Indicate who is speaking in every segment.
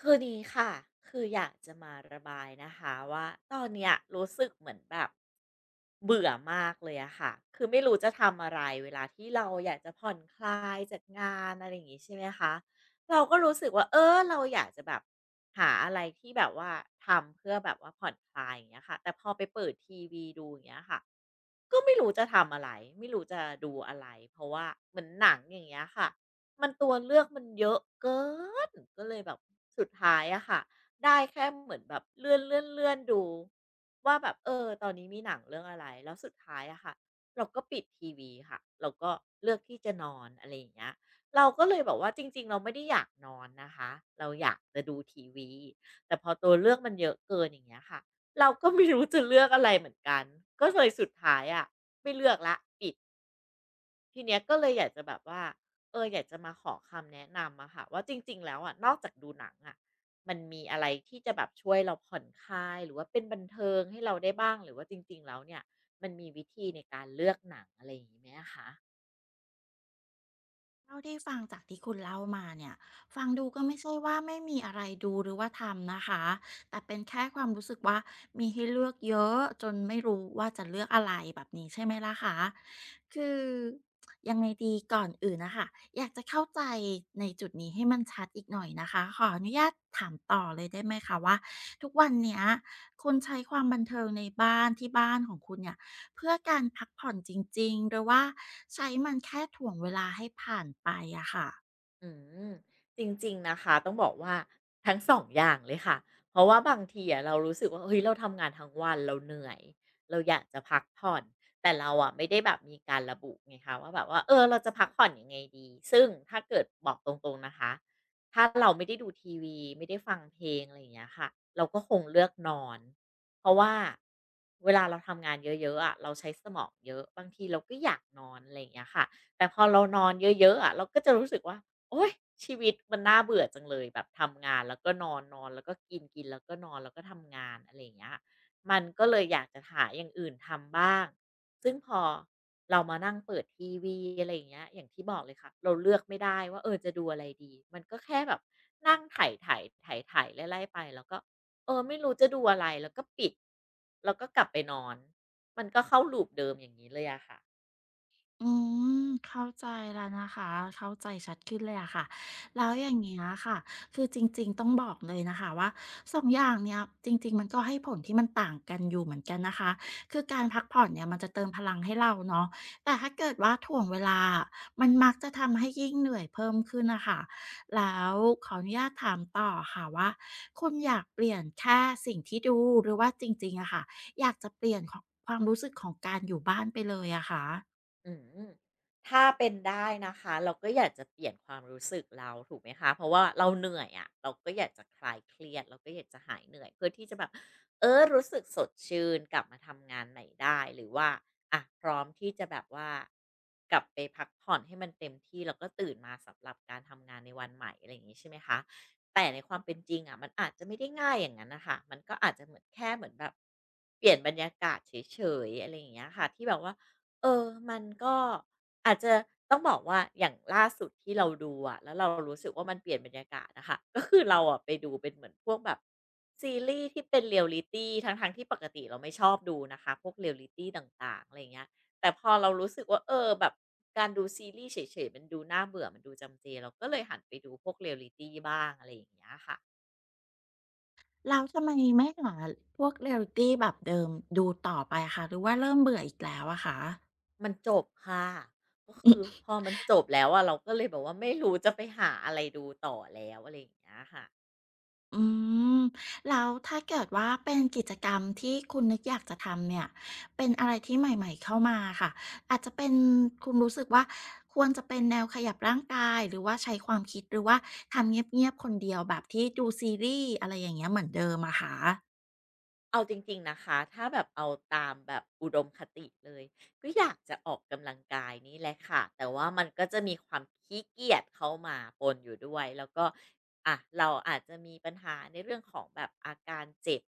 Speaker 1: คือนี้ค่ะคืออยากจะมาระบายนะคะว่าตอนเนี้ยรู้สึกเหมือนแบบเบื่อมากเลยอะค่ะคือไม่รู้จะทำอะไรเวลาที่เราอยากจะผ่อนคลายจากงานอะไรอย่างงี้ใช่ไหมคะเราก็รู้สึกว่าเออเราอยากจะแบบหาอะไรที่แบบว่าทำเพื่อแบบว่าผ่อนคลายอย่างเงี้ยค่ะแต่พอไปเปิดทีวีดูอย่างเงี้ยค่ะ ก็ไม่รู้จะทำอะไรไม่รู้จะดูอะไรเพราะว่าเหมือนหนังอย่างเงี้ยค่ะมันตัวเลือกมันเยอะเกินก็เลยแบบสุดท้ายอะค่ะได้แค่เหมือนแบบเลื่อนเลื่อนดูว่าแบบเออตอนนี้มีหนังเรื่องอะไรแล้วสุดท้ายอะค่ะเราก็ปิดทีวีค่ะเราก็เลือกที่จะนอนอะไรอย่างเงี้ยเราก็เลยแบบว่าจริงๆเราไม่ได้อยากนอนนะคะเราอยากจะดูทีวีแต่พอตัวเลือกมันเยอะเกินอย่างเงี้ยค่ะ เราก็ไม่รู้จะเลือกอะไรเหมือนกัน ก็เลยสุดท้ายอะไม่เลือกละปิดทีเนี้ยก็เลยอยากจะแบบว่าเอออยากจะมาขอคำแนะนำอะค่ะว่าจริงๆแล้วอะนอกจากดูหนังอะมันมีอะไรที่จะแบบช่วยเราผ่อนคลายหรือว่าเป็นบันเทิงให้เราได้บ้างหรือว่าจริงๆแล้วเนี่ยมันมีวิธีในการเลือกหนังอะไรอย่างงี้ไหมอะคะ
Speaker 2: เท่าที่ฟังจากที่คุณเล่ามาเนี่ยฟังดูก็ไม่ใช่ว่าไม่มีอะไรดูหรือว่าทำนะคะแต่เป็นแค่ความรู้สึกว่ามีให้เลือกเยอะจนไม่รู้ว่าจะเลือกอะไรแบบนี้ใช่ไหมล่ะคะคือยังไงดีก่อนอื่นนะคะอยากจะเข้าใจในจุดนี้ให้มันชัดอีกหน่อยนะคะขออนุญาตถามต่อเลยได้ไหมคะว่าทุกวันเนี้ยคุณใช้ความบันเทิงในบ้านที่บ้านของคุณเนี่ย เพื่อการพักผ่อนจริงๆหรือว่าใช้มันแค่ถ่วงเวลาให้ผ่านไปอะค่ะ
Speaker 1: อืมจริงๆนะคะต้องบอกว่าทั้ง2องอย่างเลยค่ะเพราะว่าบางทีอะเรารู้สึกว่าเฮ้ยเราทำงานทั้งวันเราเหนื่อยเราอยากจะพักผ่อนแต่เราอะไม่ได้แบบมีการระบุไงคะว่าแบบว่าเออเราจะพักผ่อนยังไงดีซึ่งถ้าเกิดบอกตรงๆนะคะถ้าเราไม่ได้ดูทีวีไม่ได้ฟังเพลงอะไรอย่างเงี้ยค่ะเราก็คงเลือกนอนเพราะว่าเวลาเราทำงานเยอะๆอะเราใช้สมองเยอะบางทีเราก็อยากนอนอะไรอย่างเงี้ยค่ะแต่พอเรานอนเยอะๆอะเราก็จะรู้สึกว่า โอ๊ยชีวิตมันน่าเบื่อจังเลยแบบทำงานแล้วก็นอนนอนแล้วก็กินกินแล้วก็นอนแล้วก็ทำงานอะไรอย่างเงี้ยมันก็เลยอยากจะหาอย่างอื่นทำบ้างซึ่งพอเรามานั่งเปิดทีวีอะไรอย่างเงี้ยอย่างที่บอกเลยค่ะเราเลือกไม่ได้ว่าเออจะดูอะไรดีมันก็แค่แบบนั่งไถๆไถๆไล่ๆไปแล้วก็เออไม่รู้จะดูอะไรแล้วก็ปิดแล้วก็กลับไปนอนมันก็เข้า loop เดิมอย่างงี้เลยอะค่ะ
Speaker 2: อืมเข้าใจแล้วนะคะเข้าใจชัดขึ้นเลยอะค่ะแล้วอย่างเงี้ยค่ะคือจริงๆต้องบอกเลยนะคะว่าสองอย่างเนี้ยจริงๆมันก็ให้ผลที่มันต่างกันอยู่เหมือนกันนะคะคือการพักผ่อนเนี่ยมันจะเติมพลังให้เราเนาะแต่ถ้าเกิดว่าถ่วงเวลามันมักจะทำให้ยิ่งเหนื่อยเพิ่มขึ้นน่ะค่ะแล้วขออนุญาตถามต่อค่ะว่าคุณอยากเปลี่ยนแค่สิ่งที่ดูหรือว่าจริงๆอะค่ะอยากจะเปลี่ยนขความรู้สึกของการอยู่บ้านไปเลยอะคะ
Speaker 1: อืมถ้าเป็นได้นะคะเราก็อยากจะเปลี่ยนความรู้สึกเราถูกไหมคะเพราะว่าเราเหนื่อยอะะเราก็อยากจะคลายเครียดเราก็อยากจะหายเหนื่อยเพื่อที่จะแบบเออรู้สึกสดชื่นกลับมาทำงานใหม่ได้หรือว่าอะพร้อมที่จะแบบว่ากลับไปพักผ่อนให้มันเต็มที่แล้วก็ตื่นมาสำหรับการทำงานในวันใหม่อะไรอย่างนี้ใช่ไหมคะแต่ในความเป็นจริงอะมันอาจจะไม่ได้ง่ายอย่างนั้นนะคะมันก็อาจจะเหมือนแบบเปลี่ยนบรรยากาศเฉยๆอะไรอย่างเงี้ยค่ะที่แบบว่า เออมันก็อาจจะต้องบอกว่าอย่างล่าสุดที่เราดูอะแล้วเรารู้สึกว่ามันเปลี่ยนบรรยากาศนะคะ ก็คือเราอะไปดูเป็นเหมือนพวกแบบซีรีส์ที่เป็นเรยลลิตี้ทั้งๆทที่ปกติเราไม่ชอบดูนะคะพวกเรียลลิตต่างๆอะไร่างเงี้ยแต่พอเรารู้สึกว่าเออแบบการดูซีรีส์เฉยๆมันดูน่าเบื่อมันดูจำเจเราก็เลยหันไปดูพวกเรียลลิตี้บ้างอะไรอย่างเงี้ยค่ะ
Speaker 2: แล้วทำไมไม่หาพวกเรียลลิตีแบบเดิมดูต่อไปคะหรือว่าเริ่มเบื่ออีกแล้วอะคะ
Speaker 1: มันจบค่ะก็คือพอมันจบแล้วอะเราก็เลยแบบว่าไม่รู้จะไปหาอะไรดูต่อแล้วอะไรอย่างเงี้ยค่ะ
Speaker 2: อืมแล้วถ้าเกิดว่าเป็นกิจกรรมที่คุณนึกอยากจะทำเนี่ยเป็นอะไรที่ใหม่ๆเข้ามาค่ะอาจจะเป็นคุณรู้สึกว่าควรจะเป็นแนวขยับร่างกายหรือว่าใช้ความคิดหรือว่าทำเงียบๆคนเดียวแบบที่ดูซีรีส์อะไรอย่างเงี้ยเหมือนเดิมอะคะ
Speaker 1: เอาจริงๆนะคะถ้าแบบเอาตามแบบอุดมคติเลยก็อยากจะออกกำลังกายนี่แหละค่ะแต่ว่ามันก็จะมีความขี้เกียจเข้ามาปนอยู่ด้วยแล้วก็อะเราอาจจะมีปัญหาในเรื่องของแบบอาการเจ็บ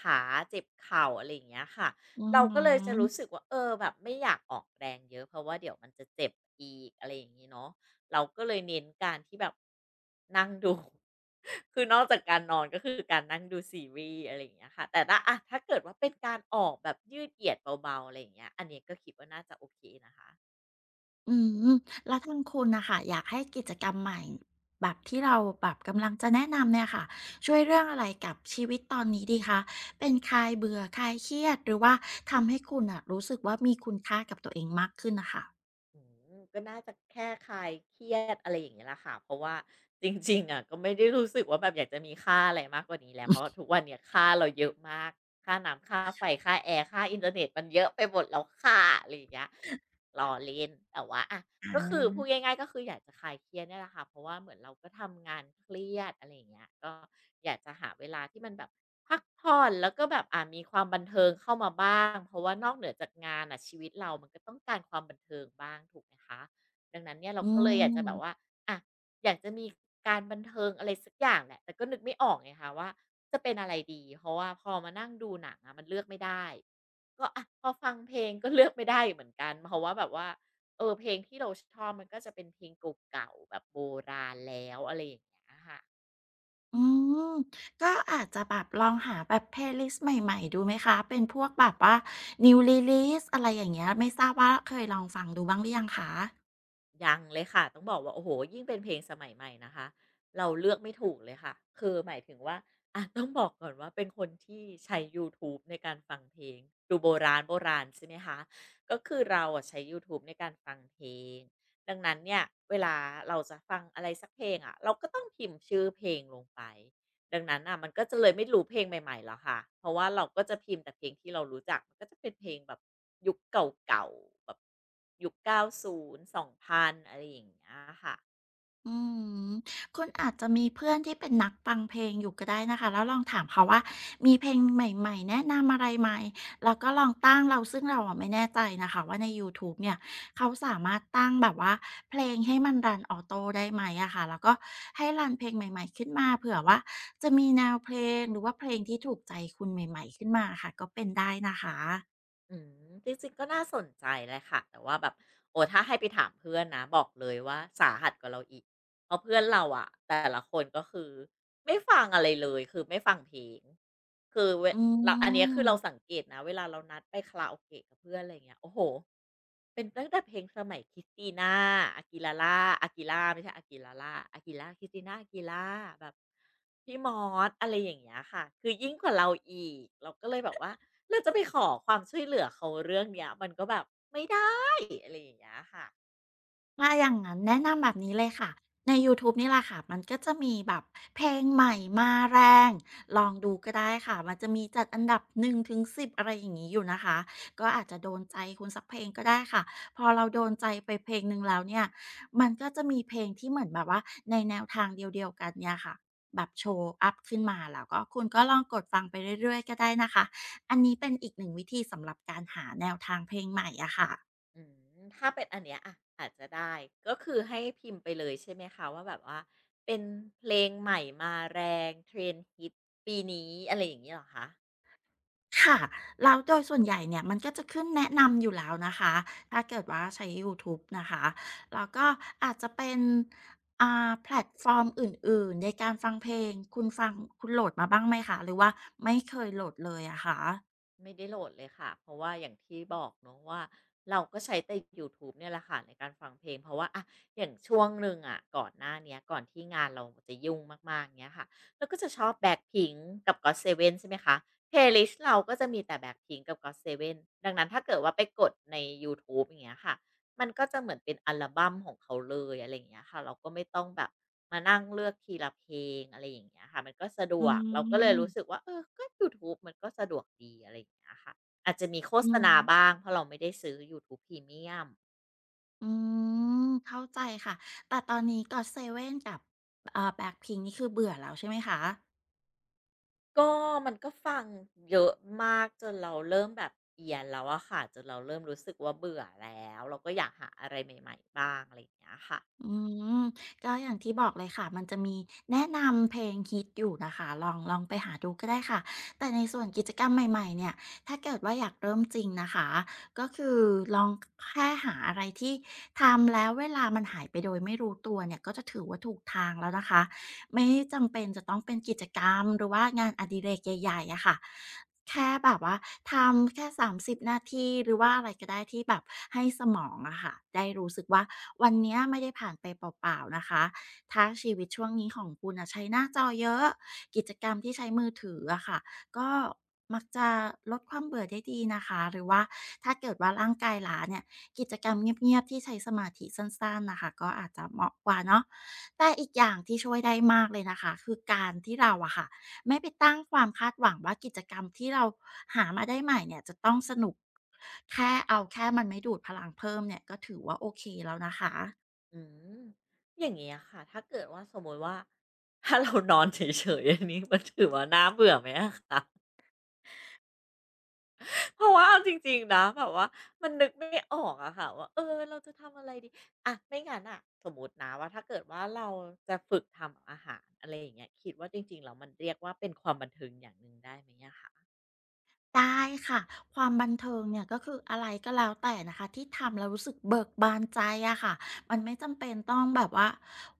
Speaker 1: ขาเจ็บเข่าอะไรอย่างเงี้ยค่ะ
Speaker 2: อื
Speaker 1: เราก็เลยจะ
Speaker 2: ม
Speaker 1: รู้สึกว่าเออแบบไม่อยากออกแรงเยอะเพราะว่าเดี๋ยวมันจะเจ็บอีกอะไรอย่างงี้เนาะ เราก็เลยเน้นการที่แบบนั่งดู คือนอกจากการนอนก็คือการนั่งดูซีรีส์อะไรอย่างเงี้ยค่ะแต่ถ้าอะถ้าเกิดว่าเป็นการออกแบบยืดเหยียดเบาๆอะไรอย่างเงี้ยอันเนี้ยก็คิดว่าน่าจะโอเคนะคะ
Speaker 2: อืมแล้วทางคุณน่ะค่ะอยากให้กิจกรรมใหม่แบบที่เราแบบกำลังจะแนะนำเนี่ยค่ะช่วยเรื่องอะไรกับชีวิตตอนนี้ดีคะเป็นคลายเบื่อคลายเครียดหรือว่าทำให้คุณน่ะรู้สึกว่ามีคุณค่ากับตัวเองมากขึ้นน่ะค่ะ
Speaker 1: อืมก็น่าจะแค่คลายเครียดอะไรอย่างเงี้ยแหละค่ะเพราะว่าจริงๆอะก็ไม่ได้รู้สึกว่าแบบอยากจะมีค่าอะไรมากกว่านี้แล้วเพราะทุกวันเนี้ยค่าเราเยอะมากค่าน้ำค่าไฟค่าแอร์ค่าอินเทอร์เน็ตมันเยอะไปหมดแล้วค่ะอะไรอย่างเงี้ยล้อเล่นแต่ว่าอะก็
Speaker 2: อา
Speaker 1: คือพูดง่ายๆก็คืออยากจะคลายเครียดเนี่ยแหละค่ะเพราะว่าเหมือนเราก็ทำงานเครียดอะไรอย่างเงี้ยก็อยากจะหาเวลาที่มันแบบ พักผ่อนแล้วก็แบบมีความบันเทิงเข้ามาบ้างเพราะว่านอกเหนือจากงานน่ะชีวิตเรามันก็ต้องการความบันเทิงบ้างถูกไหมคะดังนั้นเนี่ยเรา
Speaker 2: อื
Speaker 1: ก็เลยอยากจะแบบว่า
Speaker 2: ม
Speaker 1: อะอยากจะมีการบันเทิงอะไรสักอย่างแหละแต่ก็นึกไม่ออกไงคะว่าจะเป็นอะไรดีเพราะว่าพอมานั่งดูหนังอะมันเลือกไม่ได้ก็อะพอฟังเพลงก็เลือกไม่ได้เหมือนกันเพราะว่าแบบว่าเออเพลงที่เราชอบมันก็จะเป็นเพลงเก่าๆแบบโบราณแล้วอะไรอย่างเงี้ยค่ะ
Speaker 2: อืมก็อาจจะแบบลองหาแบบเพลย์ลิสต์ใหม่ๆดูไหมคะเป็นพวกแบบว่า New Release อะไรอย่างเงี้ยไม่ทราบว่าเคยลองฟังดูบ้างหรือยังคะ
Speaker 1: ยังเลยค่ะต้องบอกว่าโอ้โฮยิ่งเป็นเพลงสมัยใหม่นะคะเราเลือกไม่ถูกเลยค่ะคือหมายถึงว่าอะต้องบอกก่อนว่าเป็นคนที่ใช้ยูทูบในการฟังเพลงดูโบราณโบราณใช่ไหมคะก็คือเราอะใช้ยูทูบในการฟังเพลงดังนั้นเนี่ยเวลาเราจะฟังอะไรสักเพลงอะเราก็ต้องพิมพ์ชื่อเพลงลงไป ดังนั้นน่ะมันก็จะเลยไม่รู้เพลงใหม่ๆแล้วค่ะเพราะว่าเราก็จะพิมพ์แต่เพลงที่เรารู้จักมันก็จะเป็นเพลงแบบยุคเก่าๆแบบยุค90 2000องพันอะไรอย่างเงี้ยค่ะ
Speaker 2: อืมคุณอาจจะมีเพื่อนที่เป็นนักฟังเพลงอยู่ก็ได้นะคะแล้วลองถามเขาว่ามีเพลงใหม่ๆแนะนำอะไรไหมแล้วก็ลองตั้งเราซึ่งเราอะไม่แน่ใจนะคะว่าในยูทูบเนี่ยเขาสามารถตั้งแบบว่าเพลงให้มันรันออโต้ได้ไหมอะค่ะแล้วก็ให้รันเพลงใหม่ๆขึ้นมาเผื่อว่าจะมีแนวเพลงหรือว่าเพลงที่ถูกใจคุณใหม่ๆขึ้นมาค่ะก็เป็นได้นะคะ
Speaker 1: อืมจริงๆก็น่าสนใจเลยค่ะแต่ว่าแบบโอ้ถ้าให้ไปถามเพื่อนนะบอกเลยว่าสาหัสกว่าเราอีกเพราะเพื่อนเราอะแต่ละคนก็คือไม่ฟังอะไรเลยคือไม่ฟังเพลง คือเว
Speaker 2: อื
Speaker 1: เราอันเนี้ยคือเราสั
Speaker 2: ม
Speaker 1: งเกตนะเวลาเรานัดไปคาราโอเกะกับเพื่อนอะไรเงี้ยโอ้โหเป็นตั้งแต่เพลงสมัย Christina a ล u i l า r a Akira ไม่ใช่ a g u i ลาล่าอา k i r a าค r i s t i n a a g u i l แบบพี่มอสอะไรอย่างเงี้ยค่ะคือยิ่งกว่าเราอีกเราก็เลยแบบว่าเราจะไปขอความช่วยเหลือเขาเรื่องเนี้ยมันก็แบบไม่ได้อะไรอย่างเงี้ยค่ะ
Speaker 2: ถ้าอย่างนั้นแนะนำแบบนี้เลยค่ะในยูทูบนี่แหละค่ะมันก็จะมีแบบเพลงใหม่มาแรงลองดูก็ได้ค่ะมันจะมีจัดอันดับ1-10อะไรอย่างนี้อยู่นะคะก็อาจจะโดนใจคุณสักเพลงก็ได้ค่ะพอเราโดนใจไปเพลงหนึ่งแล้วเนี่ยมันก็จะมีเพลงที่เหมือนแบบว่าในแนวทางเดียวๆกันเนี่ยค่ะแบบโชว์อัพขึ้นมาแล้วก็คุณก็ลองกดฟังไปเรื่อยๆก็ได้นะคะอันนี้เป็นอีกหนึ่งวิธีสำหรับการหาแนวทางเพลงใหม่อะค่ะ
Speaker 1: อืมถ้าเป็นอันเนี้ยอะอาจจะได้ก็คือให้พิมพ์ไปเลยใช่ไหมคะว่าแบบว่าเป็นเพลงใหม่มาแรง Trend ฮิตปีนี้อะไรอย่างงี้เหรอคะ
Speaker 2: ค่ะแล้วโดยส่วนใหญ่เนี่ยมันก็จะขึ้นแนะนำอยู่แล้วนะคะถ้าเกิดว่าใช้ยูทูบนะคะแล้วก็อาจจะเป็นแพลตฟอร์มอื่นๆในการฟังเพลงคุณฟังคุณโหลดมาบ้างไหมคะหรือว่าไม่เคยโหลดเลยอะคะ
Speaker 1: ไม่ได้โหลดเลยค่ะเพราะว่าอย่างที่บอกเนาะว่าเราก็ใช้แต่ยูทูบเนี่ยแหละค่ะในการฟังเพลงเพราะว่าอะอย่างช่วงหนึ่งอะก่อนหน้าเนี้ยก่อนที่งานเราจะยุ่งมากๆเงี้ยค่ะเราก็จะชอบแบ็คพิงกับเซเว่นใช่ไหมคะ p l a ล l i เราก็จะมีแต่แบ็ a พิง i n บกอตเซเว่นดังนั้นถ้าเกิดว่าไปกดในยูทูบอย่างเงี้ยค่ะ มันก็จะเหมือนเป็นอัลบัมของเขาเลยอะไรอย่างเงี้ยค่ะเราก็ไม่ต้องแบบมานั่งเลือกทีละเพลงอะไรอย่างเงี้ยค่ะมันก็สะด
Speaker 2: อื
Speaker 1: วกเราก็เลยรู้สึก
Speaker 2: ม
Speaker 1: ว่าเออก็ยูทูบมันก็สะดวกดีอะไรอย่างเงี้ยค่ะอาจจะมีโฆ
Speaker 2: อื
Speaker 1: ษณา
Speaker 2: ม
Speaker 1: บ้างเพราะเราไม่ได้ซื้อยูทูบพรีเมียม
Speaker 2: อืมเข้าใจค่ะแต่ตอนนี้ก็อตเซเว่นกับแบ็คพิง n นี่คือเบื่อแล้วใช่ไหมคะ
Speaker 1: ก็มันก็ฟังเยอะมากจนเราเริ่มแบบเอียนแล้วอะค่ะจนเราเริ่มรู้สึกว่าเบื่อแล้วเราก็อยากหาอะไรใหม่ๆบ้างอะไรอย่างเงี้ยค่ะ
Speaker 2: อืมก็อย่างที่บอกเลยค่ะมันจะมีแนะนำเพลงฮิตอยู่นะคะลองไปหาดูก็ได้ค่ะแต่ในส่วนกิจกรรมใหม่ๆเนี่ยถ้าเกิดว่าอยากเริ่มจริงนะคะก็คือลองแค่หาอะไรที่ทำแล้วเวลามันหายไปโดยไม่รู้ตัวเนี่ยก็จะถือว่าถูกทางแล้วนะคะ ไม่จำเป็นจะต้องเป็นกิจกรรมหรือว่างานอดิเรกใหญ่ๆอะค่ะแค่แบบว่าทำแค่30นาทีหรือว่าอะไรก็ได้ที่แบบให้สมองอะค่ะได้รู้สึกว่าวันเนี้ยไม่ได้ผ่านไปเปล่าๆนะคะถ้าชีวิตช่วงนี้ของคุณนะใช้หน้าจอเยอะกิจกรรมที่ใช้มือถืออะค่ะก็มักจะลดความเบื่อได้ดีนะคะหรือว่าถ้าเกิดว่าร่างกายล้าเนี่ยกิจกรรมเงียบๆที่ใช้สมาธิสั้นๆนะคะก็อาจจะเหมาะกว่าเนาะ แต่อีกอย่างที่ช่วยได้มากเลยนะคะคือการที่เราอะค่ะไม่ไปตั้งความคาดหวังว่ากิจกรรมที่เราหามาได้ใหม่เนี่ยจะต้องสนุกแค่เอาแค่มันไม่ดูดพลังเพิ่มเนี่ยก็ถือว่าโอเคแล้วนะคะ
Speaker 1: อืมอย่างเงี้ยค่ะถ้าเกิดว่าสมมติว่า ถ้าเรานอนเฉยๆอันนี้มันถือว่าน่าเบื่อไหมอะคะเพราะว่าเอาจริงๆนะแบบว่ามันนึกไม่ออกอะค่ะว่าเออเราจะทำอะไรดีอะไม่งั้นน่ะสมมุตินะว่าถ้าเกิดว่าเราจะฝึกทำอาหารอะไรอย่างเงี้ยคิดว่าจริงๆแล้วมันเรียกว่าเป็นความบันเทิงอย่างหนึ่งได้ไหมอะคะ
Speaker 2: ได้ค่ะความบันเทิงเนี่ยก็คืออะไรก็แล้วแต่นะคะที่ทำแล้วรู้สึกเบิกบานใจอะค่ะมันไม่จำเป็นต้องแบบว่า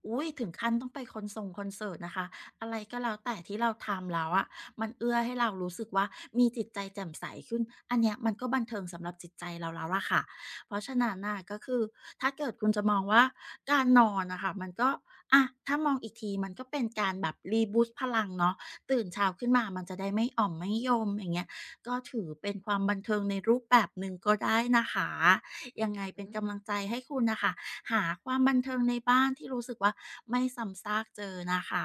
Speaker 2: อุ้ยถึงขั้นต้องไปคอนเสิร์ตนะคะอะไรก็แล้วแต่ที่เราทำแล้วอะมันเอื้อให้เรารู้สึกว่ามีจิตใจแจ่มใสขึ้นอันเนี้ยมันก็บันเทิงสำหรับจิตใจเราแล้วล่ะค่ะเพราะฉะนั้นน่ะก็คือถ้าเกิดคุณจะมองว่าการนอนนะคะมันก็อะถ้ามองอีกทีมันก็เป็นการแบบรีบูส s พลังเนาะตื่นเช้าขึ้นมามันจะได้ไม่อ่อมไม่โยมอย่างเงี้ย ก็ถือเป็นความบันเทิงในรูปแบบหนึ่งก็ได้นะคะ
Speaker 1: อือ
Speaker 2: ยังไง
Speaker 1: ฮึ
Speaker 2: เป็นกำลังใจให้คุณน่ะค่ะหาความบันเทิงในบ้านที่รู้สึกว่าไม่ซ้ำซากเจอนะคะ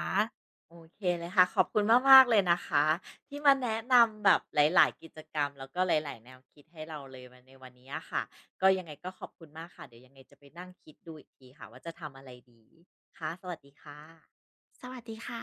Speaker 1: โอเคเลยค่ะขอบคุณมากๆเลยนะคะที่มาแนะนำแบบหลาย ๆกิจกรรมแล้วก็หลาย ๆ แนวคิดให้เราเลยวันในวันนี้อะค่ะก็ยังไงก็ขอบคุณมากค่ะเดี๋ยวยังไงจะไปนั่งคิดดูอีกทีค่ะว่าจะทำอะไรดีค่ะสวัสดีค่ะ
Speaker 2: สวัสดีค่ะ